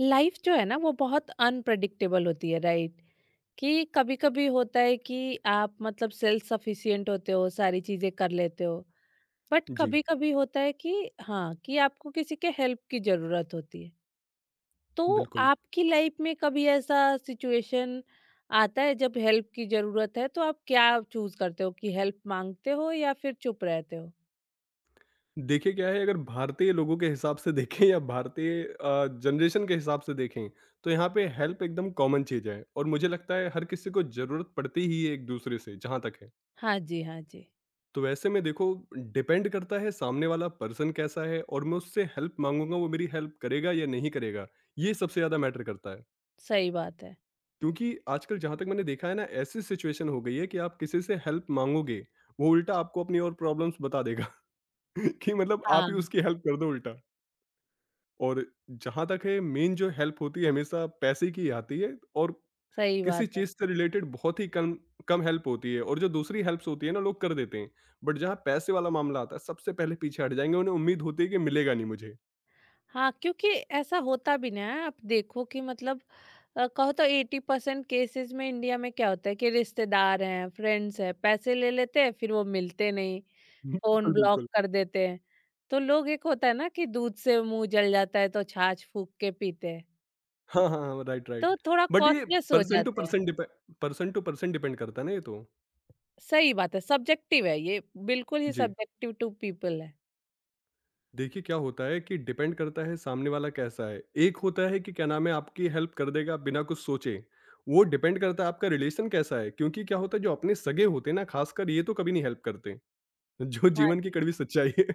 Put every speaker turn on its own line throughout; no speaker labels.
Life जो है ना वो बहुत अनप्रडिक्टेबल होती है राइट। कि कभी कभी होता है कि आप मतलब सेल्फ सफिशिएंट होते हो, सारी चीजें कर लेते हो। बट
जी,
कभी कभी होता है कि हाँ कि आपको किसी के हेल्प की जरूरत होती है। तो
बिल्कुल।
आपकी लाइफ में कभी ऐसा सिचुएशन आता है जब हेल्प की जरूरत है, तो आप क्या चूज करते हो कि हेल्प मांगते हो या फिर चुप रहते हो?
देखिए क्या है अगर भारतीय लोगों के हिसाब से देखें या भारतीय जनरेशन के हिसाब से देखें, तो यहाँ पे हेल्प एकदम कॉमन चीज़ है और मुझे लगता है हर किसी को ज़रूरत पड़ती ही है एक-दूसरे से जहाँ तक है।
हाँ जी, हाँ जी।
तो ऐसे में देखो डिपेंड करता है सामने वाला पर्सन कैसा है और मैं उससे हेल्प माँगूँगा वो मेरी हेल्प करेगा या नहीं करेगा, ये सबसे ज़्यादा मैटर करता है।
सही बात है।
क्योंकि आजकल जहाँ तक मैंने देखा है ना ऐसी सिचुएशन हो गई है कि आप किसी से हेल्प माँगोगे, वो उल्टा आपको अपनी और प्रॉब्लम्स बता देगा कि मतलब आप ही
हाँ।
उसकी हेल्प कर दो उल्टा। और जहाँ तक है मेन जो हेल्प होती है हमेशा पैसे की आती है और
सही
किसी
बात है।
चीज़ से रिलेटेड बहुत ही कम कम हेल्प होती है और जो दूसरी हेल्प्स होती है ना लोग कर देते हैं बट जहाँ पैसे वाला मामला आता है सबसे पहले पीछे हट जाएंगे उन्हें उम्मीद होती है कि मिलेगा नहीं मुझे।
हाँ, क्योंकि ऐसा होता भी ना है, आप देखो कि मतलब कहो तो 80% केसेस में इंडिया में क्या होता है कि रिश्तेदार हैं, फ्रेंड्स हैं, पैसे ले लेते हैं, फिर वो मिलते नहीं, फ़ोन
बिल्कुल
ब्लॉक
बिल्कुल।
कर देते हैं। तो लोग, एक होता है ना कि दूध से मुँह जल जाता है तो छाछ फूँक के पीते हैं,
हाँ हाँ हाँ, राइट राइट।
तो थोड़ा
बट ये
कॉशियस हो
पर्सन टू
जाते हैं।
Person depend person to person depend करता है ना ये तो।
सही बात है, सब्जेक्टिव है ये, बिल्कुल ही
जी।
सब्जेक्टिव टू पीपल है।
देखिए क्या होता है कि डिपेंड करता है सामने वाला कैसा है एक होता है कि क्या नाम है आपकी हेल्प कर देगा बिना कुछ सोचे। वो डिपेंड करता है आपका रिलेशन कैसा है क्योंकि क्या होता है जो अपने सगे होते हैं ना खासकर ये तो कभी नहीं हेल्प करते, जो
हाँ
जीवन की
जी,
कड़वी सच्चाई है।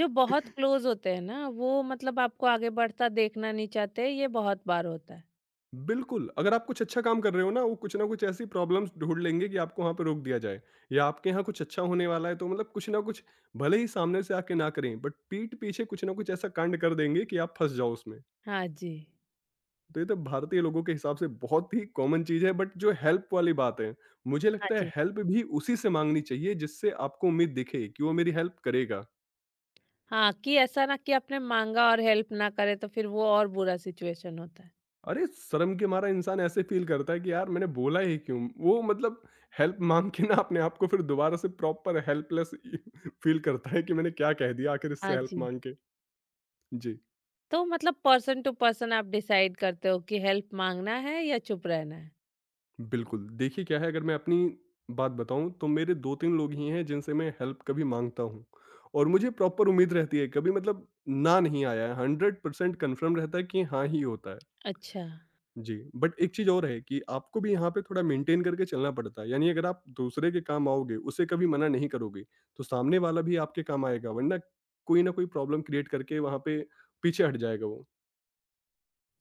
जो बहुत क्लोज़ होते हैं ना, वो मतलब आपको आगे बढ़ता देखना नहीं चाहते, ये बहुत बार होता है।
बिल्कुल, अगर आप कुछ अच्छा काम कर रहे हो ना वो कुछ ना कुछ ऐसी प्रॉब्लम्स ढूंढ लेंगे कि आपको वहां पर रोक दिया जाए या आपके यहाँ कुछ अच्छा होने वाला है तो मतलब कुछ ना कुछ भले ही सामने से आके ना करें बट पीठ पीछे कुछ ना कुछ ऐसा कांड कर देंगे कि आप फंस जाओ उसमें।
हाँ जी,
तो ये तो भारतीय लोगों के हिसाब से बहुत ही कॉमन चीज़ है बट जो हेल्प वाली बात है, मुझे
हाँ
लगता है
जी।
हेल्प भी उसी से माँगनी चाहिए जिससे आपको उम्मीद दिखे कि वो मेरी हेल्प करेगा।
हाँ, कि ऐसा ना कि आपने माँगा और हेल्प ना करे तो फिर वो और बुरा सिचुएशन होता है।
अरे! शर्म के मारा इंसान ऐसे फ़ील करता है कि यार मैंने बोला ही क्यों? वो मतलब हेल्प माँग के ना अपने आप को फिर दोबारा से प्रॉपर हेल्पलेस फ़ील करता है कि मैंने क्या कह दिया आखिर इससे
हाँ
हेल्प
जी।
माँग के। जी।
तो मतलब पर्सन टू पर्सन आप डिसाइड करते हो कि हेल्प माँगना है या चुप रहना है?
बिल्कुल, देखिए क्या है अगर मैं अपनी बात बताऊँ तो मेरे 2-3 लोग ही हैं जिनसे मैं हेल्प कभी माँगता हूँ और मुझे प्रॉपर उम्मीद रहती है कभी मतलब ना नहीं आया है, 100% कन्फर्म रहता है कि हाँ ही होता है।
अच्छा।
जी, बट एक चीज़ और है कि आपको भी यहाँ पे थोड़ा मेंटेन करके चलना पड़ता है, यानी अगर आप दूसरे के काम आओगे, उसे कभी मना नहीं करोगे, तो सामने वाला भी आपके काम आएगा वरना कोई ना कोई प्रॉब्लम क्रिएट करके वहाँ पे पीछे हट जाएगा वो।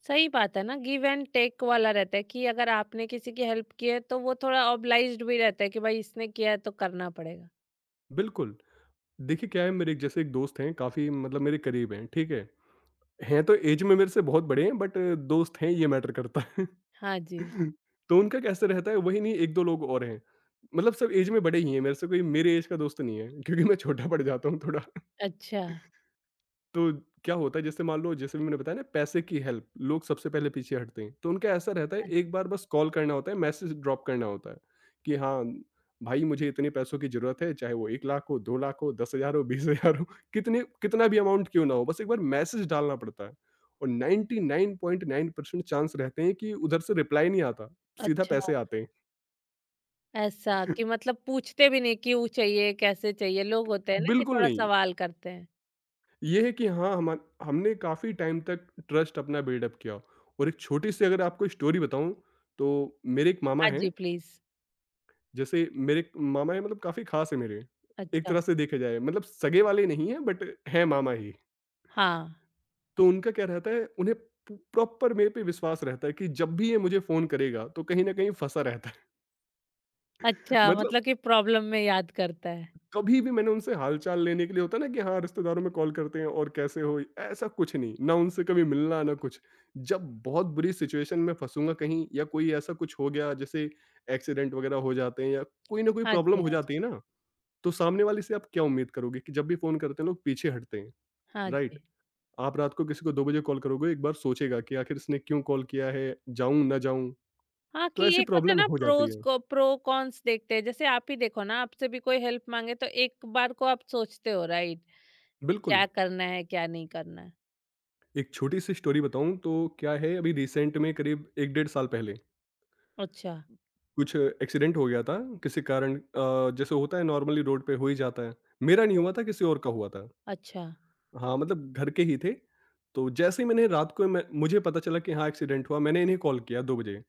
सही बात है ना, गिव एंड टेक वाला रहता है कि अगर आपने किसी की हेल्प की है तो वो थोड़ा ऑब्लाइज्ड भी रहता है कि भाई इसने किया है तो करना पड़ेगा।
बिल्कुल, देखिए क्या है जैसे एक दोस्त हैं काफ़ी मतलब मेरे करीब हैं, ठीक है? हैं तो ऐज में मेरे से बहुत बड़े हैं बट दोस्त हैं, ये मैटर करता है।
हाँ जी।
तो उनका कैसे रहता है, वही नहीं 1-2 लोग और हैं। मतलब सब ऐज में बड़े ही हैं मेरे से, कोई मेरे ऐज का दोस्त नहीं है क्योंकि मैं छोटा पड़ जाता हूँ थोड़ा।
अच्छा।
तो क्या होता है जैसे मान लो जैसे भी मैंने बताया ना पैसे की हेल्प लोग सबसे पहले पीछे हटते हैं तो उनका ऐसा रहता है
अ
एक बार बस कॉल करना होता है, मैसेज ड्रॉप करना होता है कि हाँ भाई मुझे इतने पैसों की जरूरत है, चाहे वो 1 लाख हो, 2 लाख हो, 10 हजार हो, 20 हजार हो, कितने कितना भी अमाउंट क्यों ना हो, बस एक बार मैसेज डालना पड़ता है और 99.9% चांस रहते हैं कि उधर से रिप्लाई नहीं आता, सीधा
अच्छा,
पैसे आते हैं।
ऐसा कि मतलब पूछते भी नहीं क्यों चाहिए, कैसे चाहिए? लोग होते हैं ना कि
बिल्कुल
थोड़ा
नहीं,
सवाल करते हैं।
ये है कि हाँ, हमा हमने काफ़ी टाइम तक ट्रस्ट अपना बिल्डअप किया और एक छोटी-सी अगर आपको स्टोरी बताऊँ, तो मेरे एक मामा
हाँ
हैं,
जी, प्लीज़।
जैसे मेरे एक मामा हैं मतलब काफ़ी ख़ास हैं मेरे, एक
अच्छा।
तरह से देखा जाए मतलब सगे वाले नहीं हैं बट हैं मामा ही।
हाँ।
तो उनका क्या रहता है, उन्हें प प्रॉपर मेरे पे विश्वास रहता है कि जब भी ये मुझे फ़ोन करेगा, तो कहीं न कहीं फँसा रहता है।
अच्छा,
मतलब
मतलब कि प्रॉब्लम में याद करता है।
कभी भी मैंने उनसे हालचाल लेने के लिए होता है ना कि हाँ रिश्तेदारों में कॉल करते हैं और कैसे हो, ऐसा कुछ नहीं ना, उनसे कभी मिलना ना कुछ। जब बहुत बुरी सिचुएशन में फंसूंगा कहीं या कोई ऐसा कुछ हो गया जैसे एक्सीडेंट वगैरह हो जाते हैं या कोई ना कोई
हाँ
प्रॉब्लम
जी,
हो
हाँ जी,
जाती है ना, तो सामने वाले से आप क्या उम्मीद करोगे कि जब भी फोन करते हैं लोग पीछे हटते हैं।
हाँ
राइट।
जी।
आप रात को किसी को 2 बजे कॉल करोगे एक बार सोचेगा कि आखिर इसने क्यों कॉल किया है, जाऊं ना जाऊं,
हाँ,
तो
कि
ऐसी
एक होता है
प्रॉब्लम
ना,
हो जाती
प्रोज़
है।
को प्रो कॉन्स देखते हैं। जैसे आप ही देखो ना, आपसे भी कोई हेल्प माँगे तो एक बार को आप सोचते हो, राइट, कि
बिल्कुल।
क्या करना है, क्या नहीं करना है।
एक छोटी सी स्टोरी बताऊं तो क्या है, अभी रिसेंट में करीब एक डेढ़ साल पहले
अच्छा।
कुछ एक्सीडेंट हो गया था किसी कारण, जैसे होता है नॉर्मली रोड पे हो ही जाता है। मेरा नहीं हुआ था किसी और का हुआ था।
अच्छा,
हाँ, मतलब घर के ही थे। तो जैसे ही मैंने रात को मैं मुझे पता चला कि हाँ एक्सीडेंट हुआ, मैंने इन्हें कॉल किया 2 बजे।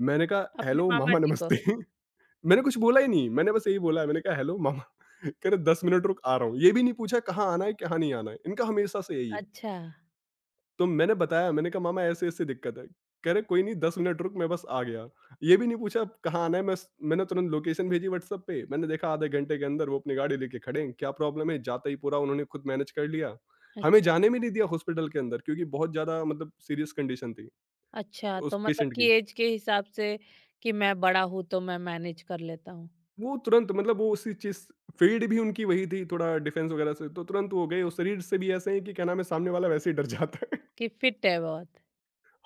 मैंने कहा
अपने
हेलो
मामा
मामा
जी को।
नमस्ते। मैंने कुछ बोला ही नहीं, मैंने बस यही बोला, मैंने कहा हेलो मामा। कह रहे 10 मिनट रुक आ रहा हूँ। ये भी नहीं पूछा कहाँ आना है, कहाँ नहीं आना है। इनका हमेशा से यही है।
अच्छा।
तो मैंने बताया, मैंने कहा मामा ऐसे-ऐसे दिक्कत है। कह रहे कोई नहीं 10 मिनट रुक, मैं बस आ गया। ये भी नहीं पूछा कहाँ आना है, मैंने तुरंत लोकेशन भेजी व्हाट्सएप पे। मैंने देखा आधे घंटे के अंदर वो अपनी गाड़ी लेके खड़े हैं। क्या प्रॉब्लम है? जाते ही पूरा उन्होंने खुद मैनेज कर लिया। हमें
अच्छा।
जाने भी नहीं दिया हॉस्पिटल के अंदर क्योंकि बहुत ज़्यादा मतलब सीरियस कंडीशन थी
अच्छा,
उस
तो मतलब
पेशेंट की।
कि ऐज के हिसाब से कि मैं बड़ा हूँ तो मैं मैनेज कर लेता हूँ,
वो तुरंत मतलब वो उसी चीज़ फ़ील्ड भी उनकी वही थी थोड़ा डिफेंस वगैरह से, तो तुरंत वो गए और शरीर से भी ऐसे हैं कि क्या नाम है सामने वाला वैसे ही डर जाता है।
कि फिट है बहुत।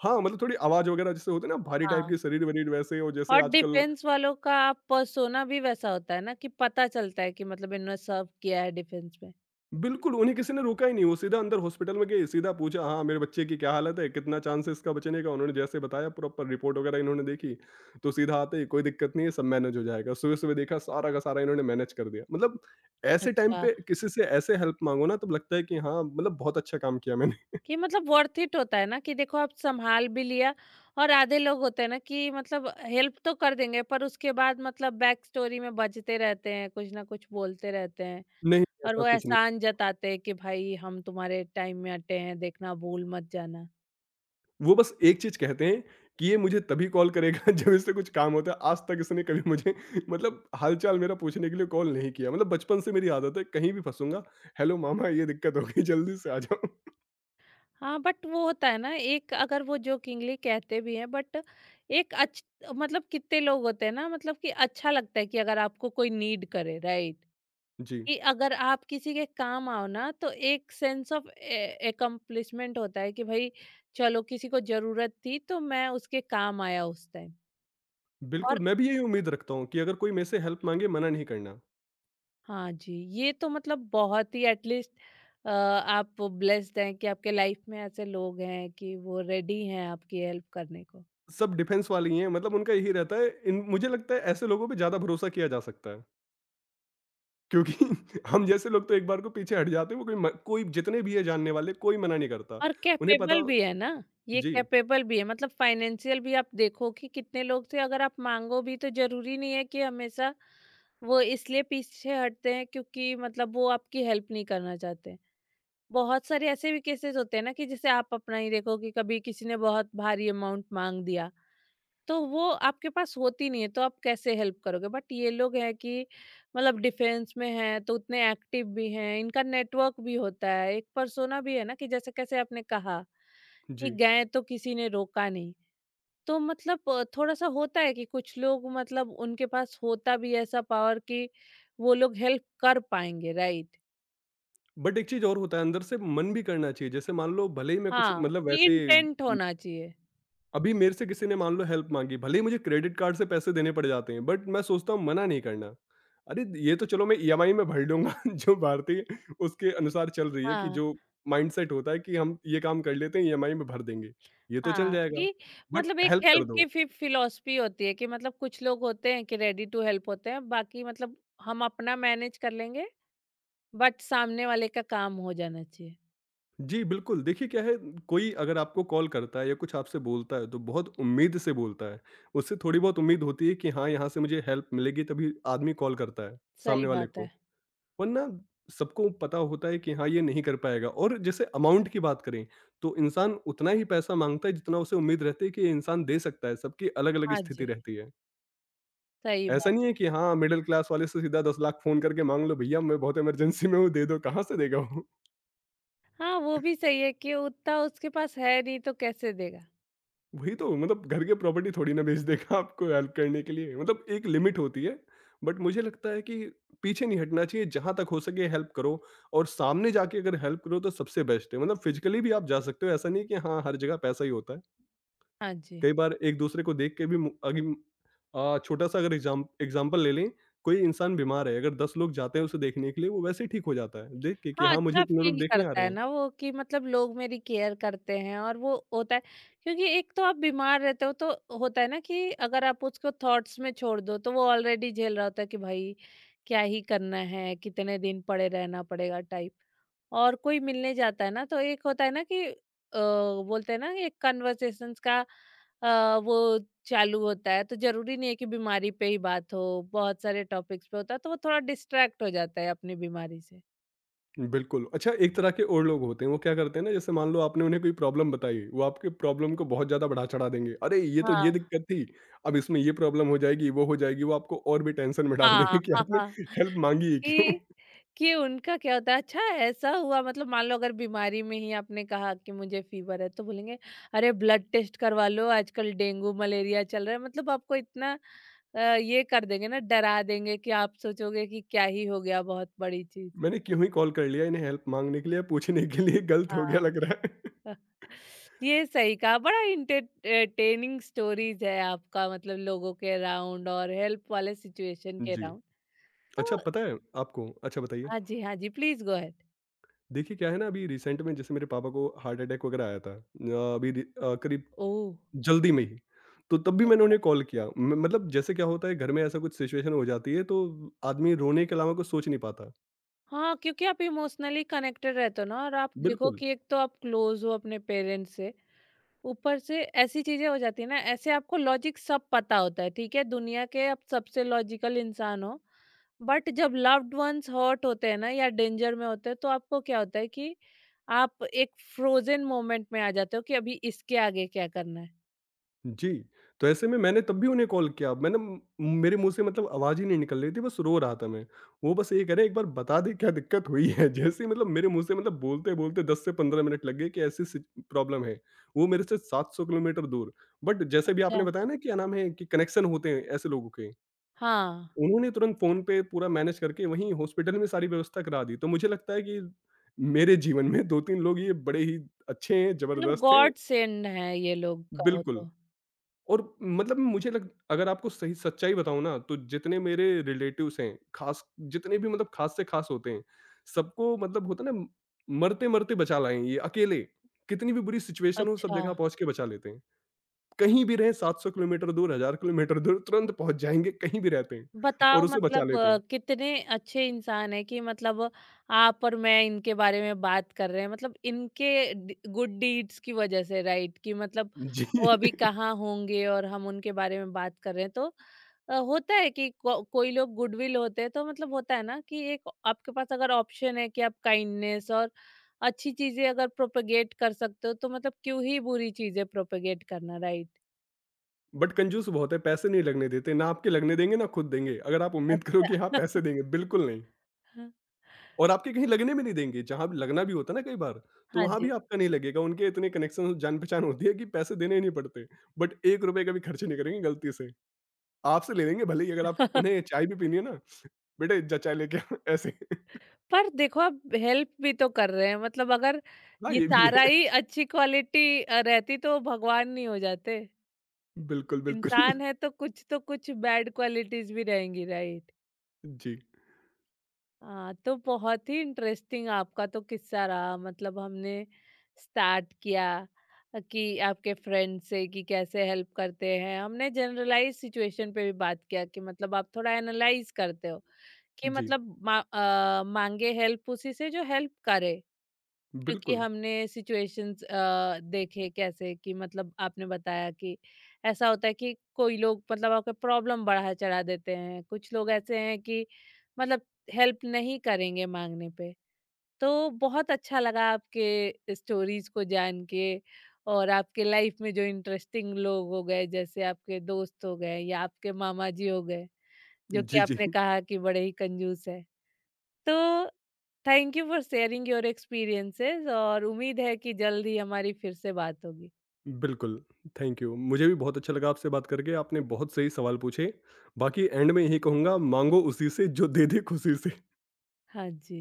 हाँ, मतलब थोड़ी आवाज़ वगैरह जैसे होती है ना भारी टाइप
हाँ।
की, शरीर-वरीर वैसे और जैसे
और
आजकल।
डिफेंस वालों का आप पर्सोना भी वैसा होता है ना कि पता चलता है कि मतलब इन्होंने सर्व किया है डिफेंस में।
बिल्कुल, उन्हें किसी ने रोका ही नहीं, वो सीधा अंदर हॉस्पिटल में गए, सीधा पूछा हाँ, मेरे बच्चे की क्या हालत है? कितना चांस है इसका बचने का? उन्होंने जैसे बताया प्रॉपर रिपोर्ट वगैरह इन्होंने देखी, तो सीधा आते ही कोई दिक्कत नहीं है, सब मैनेज हो जाएगा। सुबह-सुबह देखा सारा का सारा इन्होंने मैनेज कर दिया। मतलब ऐसे टाइम
अच्छा,
पे किसी से ऐसे हेल्प माँगो ना तब लगता है कि हाँ, मतलब बहुत अच्छा काम किया मैंने।
कि मतलब वर्थ इट होता है ना कि देखो आप संभाल भी लिया। और आधे लोग होते हैं ना कि मतलब हेल्प तो कर देंगे पर उसके बाद मतलब बैक स्टोरी में बजते रहते हैं, कुछ ना कुछ बोलते रहते हैं।
नहीं,
और
ऐसा
वो
कुछ नहीं।
एहसान जताते हैं कि भाई हम तुम्हारे टाइम में अटे हैं, देखना भूल मत जाना।
वो बस एक चीज़ कहते हैं कि ये मुझे तभी कॉल करेगा जब इससे कुछ काम होता है। आज तक इसने कभी मुझे मतलब हाल-चाल मेरा पूछने के लिए कॉल नहीं किया। मतलब बचपन से मेरी आदत है कहीं भी फँसूँगा, "हेलो मामा ये दिक्कत हो गई जल्दी से आ जाओ।"
हाँ, बट वो होता है ना, एक, अगर वो जोकिंगली कहते भी हैं बट एक अच्छ मतलब कितने लोग होते हैं ना, मतलब कि अच्छा लगता है कि अगर आपको कोई नीड करे, राइट?
जी।
कि अगर आप किसी के काम आओ ना तो एक सेंस ऑफ ए अकम्प्लिशमेंट होता है कि भाई चलो किसी को ज़रूरत थी तो मैं उसके काम आया उस टाइम। और
बिल्कुल, मैं भी यही उम्मीद रखता हूँ कि अगर कोई मेरे से हेल्प माँगे मना नहीं करना।
हाँ जी, ये तो मतलब बहुत ही एटलीस्ट आप ब्लेस्ड हैं कि आपके लाइफ में ऐसे लोग हैं कि वो रेडी हैं आपकी हेल्प करने को।
सब डिफेंस वाले ही हैं मतलब उनका यही रहता है, इन मुझे लगता है ऐसे लोगों पे ज़्यादा भरोसा किया जा सकता है। क्योंकि हम जैसे लोग तो एक बार को पीछे हट जाते हैं, वो कोई म कोई जितने भी है जानने वाले कोई मना नहीं करता।
और
उन्हें पता।
कैपेबल भी है ना, ये
जी।
कैपेबल भी है मतलब फाइनेंशियल भी। आप देखो कि कितने लोग से अगर आप माँगो भी तो ज़रूरी नहीं है कि हमेशा वो इसलिए पीछे हटते हैं क्योंकि मतलब वो आपकी हेल्प नहीं करना चाहते हैं। बहुत सारे ऐसे भी केसेस होते हैं ना कि जैसे आप अपना ही देखो कि कभी किसी ने बहुत भारी अमाउंट माँग दिया, तो वो आपके पास होती नहीं है तो आप कैसे हेल्प करोगे? बट ये लोग हैं कि मतलब डिफेंस में हैं तो उतने एक्टिव भी हैं, इनका नेटवर्क भी होता है, एक पर्सोना भी है ना कि जैसे-कैसे आपने कहा कि
जी।
गए तो किसी ने रोका नहीं। तो मतलब थोड़ा-सा होता है कि कुछ लोग मतलब उनके पास होता भी ऐसा पावर कि वो लोग हेल्प कर पाएँगे, राइट?
बट एक चीज़ और होता है, अंदर से मन भी करना चाहिए। जैसे मान लो भले ही मैं कुछ
हाँ।
मतलब
ये
वैसे
इंटेंट होना चाहिए।
अभी मेरे से किसी ने मान लो हेल्प माँगी, भले ही मुझे क्रेडिट कार्ड से पैसे देने पड़ जाते हैं, बट मैं सोचता हूँ मना नहीं करना। अरे! ये तो चलो मैं ईएमआई में भर लूँगा जो भारतीय उसके अनुसार चल रही है कि
हाँ,
जो माइंडसेट होता है कि हम ये काम कर लेते हैं ईएमआई में भर देंगे, ये तो चल
हाँ।
जाएगा,
कि
बट
मतलब एक
हेल्प कर
हेल्प
दो।
की फि फिलॉसफी होती है कि मतलब कुछ लोग होते हैं कि रेडी टू हेल्प होते हैं, बाकी मतलब हम अपना मैनेज कर लेंगे, बट सामने वाले का काम हो जाना चाहिए।
जी, बिल्कुल। देखिए क्या है कोई अगर आपको कॉल करता है या कुछ आपसे बोलता है तो बहुत उम्मीद से बोलता है। उससे थोड़ी बहुत उम्मीद होती है कि हाँ, यहाँ से मुझे हेल्प मिलेगी तभी आदमी कॉल करता है,
सही
सामने वाले
बात
को।
है।
वरना सबको पता होता है कि हाँ, ये नहीं कर पाएगा और जैसे अमाउंट की बात करें, तो इंसान उतना ही पैसा माँगता है जितना उसे उम्मीद रहती है कि ये इंसान दे सकता है, सबकी अलग-अलग
हाँ
स्थिति
जी,
रहती है।
सही
ऐसा नहीं
बात है।
है कि हाँ, मिडल क्लास वाले से सीधा 10 लाख फ़ोन करके माँग लो भैया मैं बहुत इमरजेंसी में हूँ, दे दो, कहाँ से देगा वो?
हाँ, वो भी सही है कि उतना उसके पास है नहीं तो कैसे देगा?
वही तो मतलब घर के प्रॉपर्टी थोड़ी ना बेच देगा आपको हेल्प करने के लिए मतलब एक लिमिट होती है बट मुझे लगता है कि पीछे नहीं हटना चाहिए जहां तक हो सके हेल्प करो। और सामने जाके अगर हेल्प करो तो सबसे बेस्ट है, मतलब फिजिकली भी आप जा सकते हो, ऐसा नहीं कि हाँ हर जगह पैसा ही होता है।
हाँ जी।
कई बार एक दूसरे को देख के भी मु- अगर आ, छोटा सा अगर एग्जाम्पल ले लें, कोई इंसान बीमार है, अगर दस लोग जाते हैं उसे देखने के लिए वो वैसे ही ठीक हो जाता है देख के कि
हाँ,
हाँ मुझे
अच्छा
इतने लोग
फ़ील
देखने आ
करता
रहे
है
हैं।
ना वो कि मतलब लोग मेरी केयर करते हैं, और वो होता है क्योंकि एक तो आप बीमार रहते हो तो होता है ना कि अगर आप उसको थॉट्स में छोड़ दो तो वो ऑलरेडी झेल रहा होता है कि भाई क्या ही करना है, कितने दिन पड़े रहना पड़ेगा टाइप। और कोई मिलने जाता है ना तो एक होता है ना कि अ, बोलते हैं ना, एक कन्वर्सेशंस का वो चालू होता है तो ज़रूरी नहीं है कि बीमारी पे ही बात हो, बहुत सारे टॉपिक्स पे होता है तो वो थोड़ा डिस्ट्रैक्ट हो जाता है अपनी बीमारी से।
बिल्कुल। अच्छा, एक तरह के और लोग होते हैं, वो क्या करते हैं ना, जैसे मान लो आपने उन्हें कोई प्रॉब्लम बताई, वो आपके प्रॉब्लम को बहुत ज़्यादा बढ़ा-चढ़ा देंगे। अरे! ये तो ये
हाँ,
दिक्कत थी, अब इसमें ये प्रॉब्लम हो जाएगी, वो आपको और भी टेंशन में डाल
हाँ,
देंगे कि
हाँ।
आपने
हाँ,
हेल्प माँगी ही क्यों?
कि उनका क्या होता है, अच्छा ऐसा हुआ मतलब, मान लो अगर बीमारी में ही आपने कहा कि मुझे फीवर है तो बोलेंगे अरे ब्लड टेस्ट करवा लो, आजकल डेंगू मलेरिया चल रहा है, मतलब आपको इतना ये कर देंगे ना, डरा देंगे कि आप सोचोगे कि क्या ही हो गया, बहुत बड़ी चीज।
मैंने क्यों ही कॉल कर लिया इन्हें हेल्प माँगने के लिए, पूछने के लिए, गलत हो गया
हाँ।
लग रहा है।
ये सही कहा, बड़ा इंटरटेनिंग स्टोरीज है आपका मतलब लोगों के अराउंड और हेल्प वाले सिचुएशन के
जी।
अराउंड।
अच्छा,
तो
पता है आपको, अच्छा बताइए,
हाँ जी, हाँ जी, प्लीज गो अहेड।
देखिए क्या है ना, अभी रिसेंट में जैसे मेरे पापा को हार्ट अटैक वगैरह आया था। करीब
ओह।
जल्दी में ही। तो तब भी मैंने उन्हें कॉल किया। म मतलब जैसे क्या होता है घर में ऐसा कुछ सिचुएशन हो जाती है तो आदमी रोने के अलावा कुछ सोच नहीं पाता।
हाँ, क्योंकि आप इमोशनली कनेक्टेड रहते हो ना, और आप देखो
बिल्कुल,
कि एक तो आप क्लोज हो अपने पेरेंट्स से, ऊपर से ऐसी चीज़ें हो जाती है ना, ऐसे आपको लॉजिक सब पता होता है, ठीक है? दुनिया के आप सबसे लॉजिकल इंसान हो, बट जब लव्ड वंस हर्ट होते हैं ना या डेंजर में होते हैं, तो आपको क्या होता है कि आप एक फ्रोज़न मोमेंट में आ जाते हो कि अभी इसके आगे क्या करना है।
जी। तो ऐसे में मैंने तब भी उन्हें कॉल किया। मैंने म मेरे मुँह से मतलब आवाज़ ही नहीं निकल रही थी, बस रो रहा था मैं। वो बस ये कह रहे हैं, "एक बार बता दे क्या दिक्कत हुई है?" जैसे ही, मतलब मेरे मुँह से, मतलब बोलते-बोलते 10 से 15 मिनट लग गए कि ऐसी सि प्रॉब्लम है। वो मेरे से 700 किलोमीटर दूर। बट जैसे भी आपने
अच्छा।
बताया ना, क्या नाम है कि कनेक्शन होते हैं ऐसे लोगों के।
हाँ,
उन्होंने तुरंत फ़ोन पे पूरा मैनेज करके वहीं हॉस्पिटल में सारी व्यवस्था करा दी, तो मुझे लगता है कि मेरे जीवन में 2-3 लोग ये बड़े ही अच्छे हैं,
मतलब
ज़बरदस्त हैं।
गॉड सेंड हैं ये लोग कहो
बिल्कुल।
तो।
और मतलब मुझे लग अगर आपको सही सच्चाई बताऊँ ना, तो जितने मेरे रिलेटिव्स हैं, ख़ास जितने भी, मतलब ख़ास से ख़ास होते हैं, सबको मतलब होता है ना, मरते-मरते बचा लाए हैं ये अकेले। कितनी भी बुरी सिचुएशन हो, सब
अच्छा।
जगह पहुँच के बचा लेते हैं। कहीं भी रहें, 700 किलोमीटर दूर, 1000 किलोमीटर दूर तुरंत पहुँच जाएँगे, कहीं भी रहते हैं और
बताओ
उसे बचा
मतलब
लेते हैं।
कितने अच्छे इंसान है कि मतलब आप और मैं इनके बारे में बात कर रहे हैं मतलब इनके गुड डीड्स की वजह से, राइट, कि मतलब
जी।
वो अभी कहाँ होंगे और हम उनके बारे में बात कर रहे हैं। तो होता है कि कोई लोग गुडविल होते हैं तो मतलब होता है ना कि एक, आपके पास अगर ऑप्शन है कि आप काइंडनेस और अच्छी चीजें अगर प्रोपेगेट कर सकते हो तो मतलब क्यों ही बुरी चीजें प्रोपेगेट करना, राइट।
बट कंजूस बहुत है, पैसे नहीं लगने देते, ना आपके लगने देंगे ना खुद देंगे। अगर आप उम्मीद करो कि हाँ,
अच्छा।
पैसे देंगे, बिल्कुल नहीं। और आपके कहीं लगने भी नहीं देंगे। जहाँ लगना भी होता है ना कई बार, तो
हाँ
वहाँ भी
जी।
आपका नहीं लगेगा। उनके इतने कनेक्शन जान-पहचान होती है कि पैसे देने ही नहीं पड़ते। बट ₹1 का भी खर्च नहीं करेंगे गलती से। आपसे ले लेंगे, भले ही अगर आप उन्हें, चाय भी पीनी है ना, "बेटे जा चाय लेके आ" ऐसे।
पर देखो आप हेल्प भी तो कर रहे हैं, मतलब अगर
हाँ,
ये
ये भी है।
सारा ही अच्छी क्वालिटी रहती तो भगवान नहीं हो जाते।
बिल्कुल, बिल्कुल।
इंसान है तो कुछ बैड क्वालिटीज़ भी रहेंगी, राइट।
जी,
हाँ, तो बहुत ही इंटरेस्टिंग आपका तो किस्सा रहा। मतलब हमने स्टार्ट किया कि आपके फ्रेंड से कि कैसे हेल्प करते हैं। हमने जनरलाइज़ सिचुएशन पे भी बात किया कि मतलब आप थोड़ा एनालाइज़ करते हो कि
जी।
मतलब माँगे हेल्प उसी से जो हेल्प करे। क्योंकि
बिल्कुल।
हमने सिचुएशंस देखे कैसे कि मतलब आपने बताया कि ऐसा होता है कि कोई लोग मतलब आपका प्रॉब्लम बढ़ा चढ़ा देते हैं, कुछ लोग ऐसे हैं कि मतलब हेल्प नहीं करेंगे मांगने पे। तो बहुत अच्छा लगा आपके स्टोरीज को जान के और आपके लाइफ में जो इंटरेस्टिंग लोग हो गए, जैसे आपके दोस्त हो गए या आपके मामा जी हो गए, जो कि
जी, जी।
आपने कहा कि बड़े ही कंजूस है। तो thank you for sharing your experiences, और उम्मीद है कि जल्द ही हमारी फिर से बात होगी।
बिल्कुल, थैंक यू। मुझे भी बहुत अच्छा लगा आपसे बात करके, आपने बहुत सही सवाल पूछे। बाकी एंड में यही कहूँगा, माँगो उसी से जो दे दे खुशी से।
हाँ जी।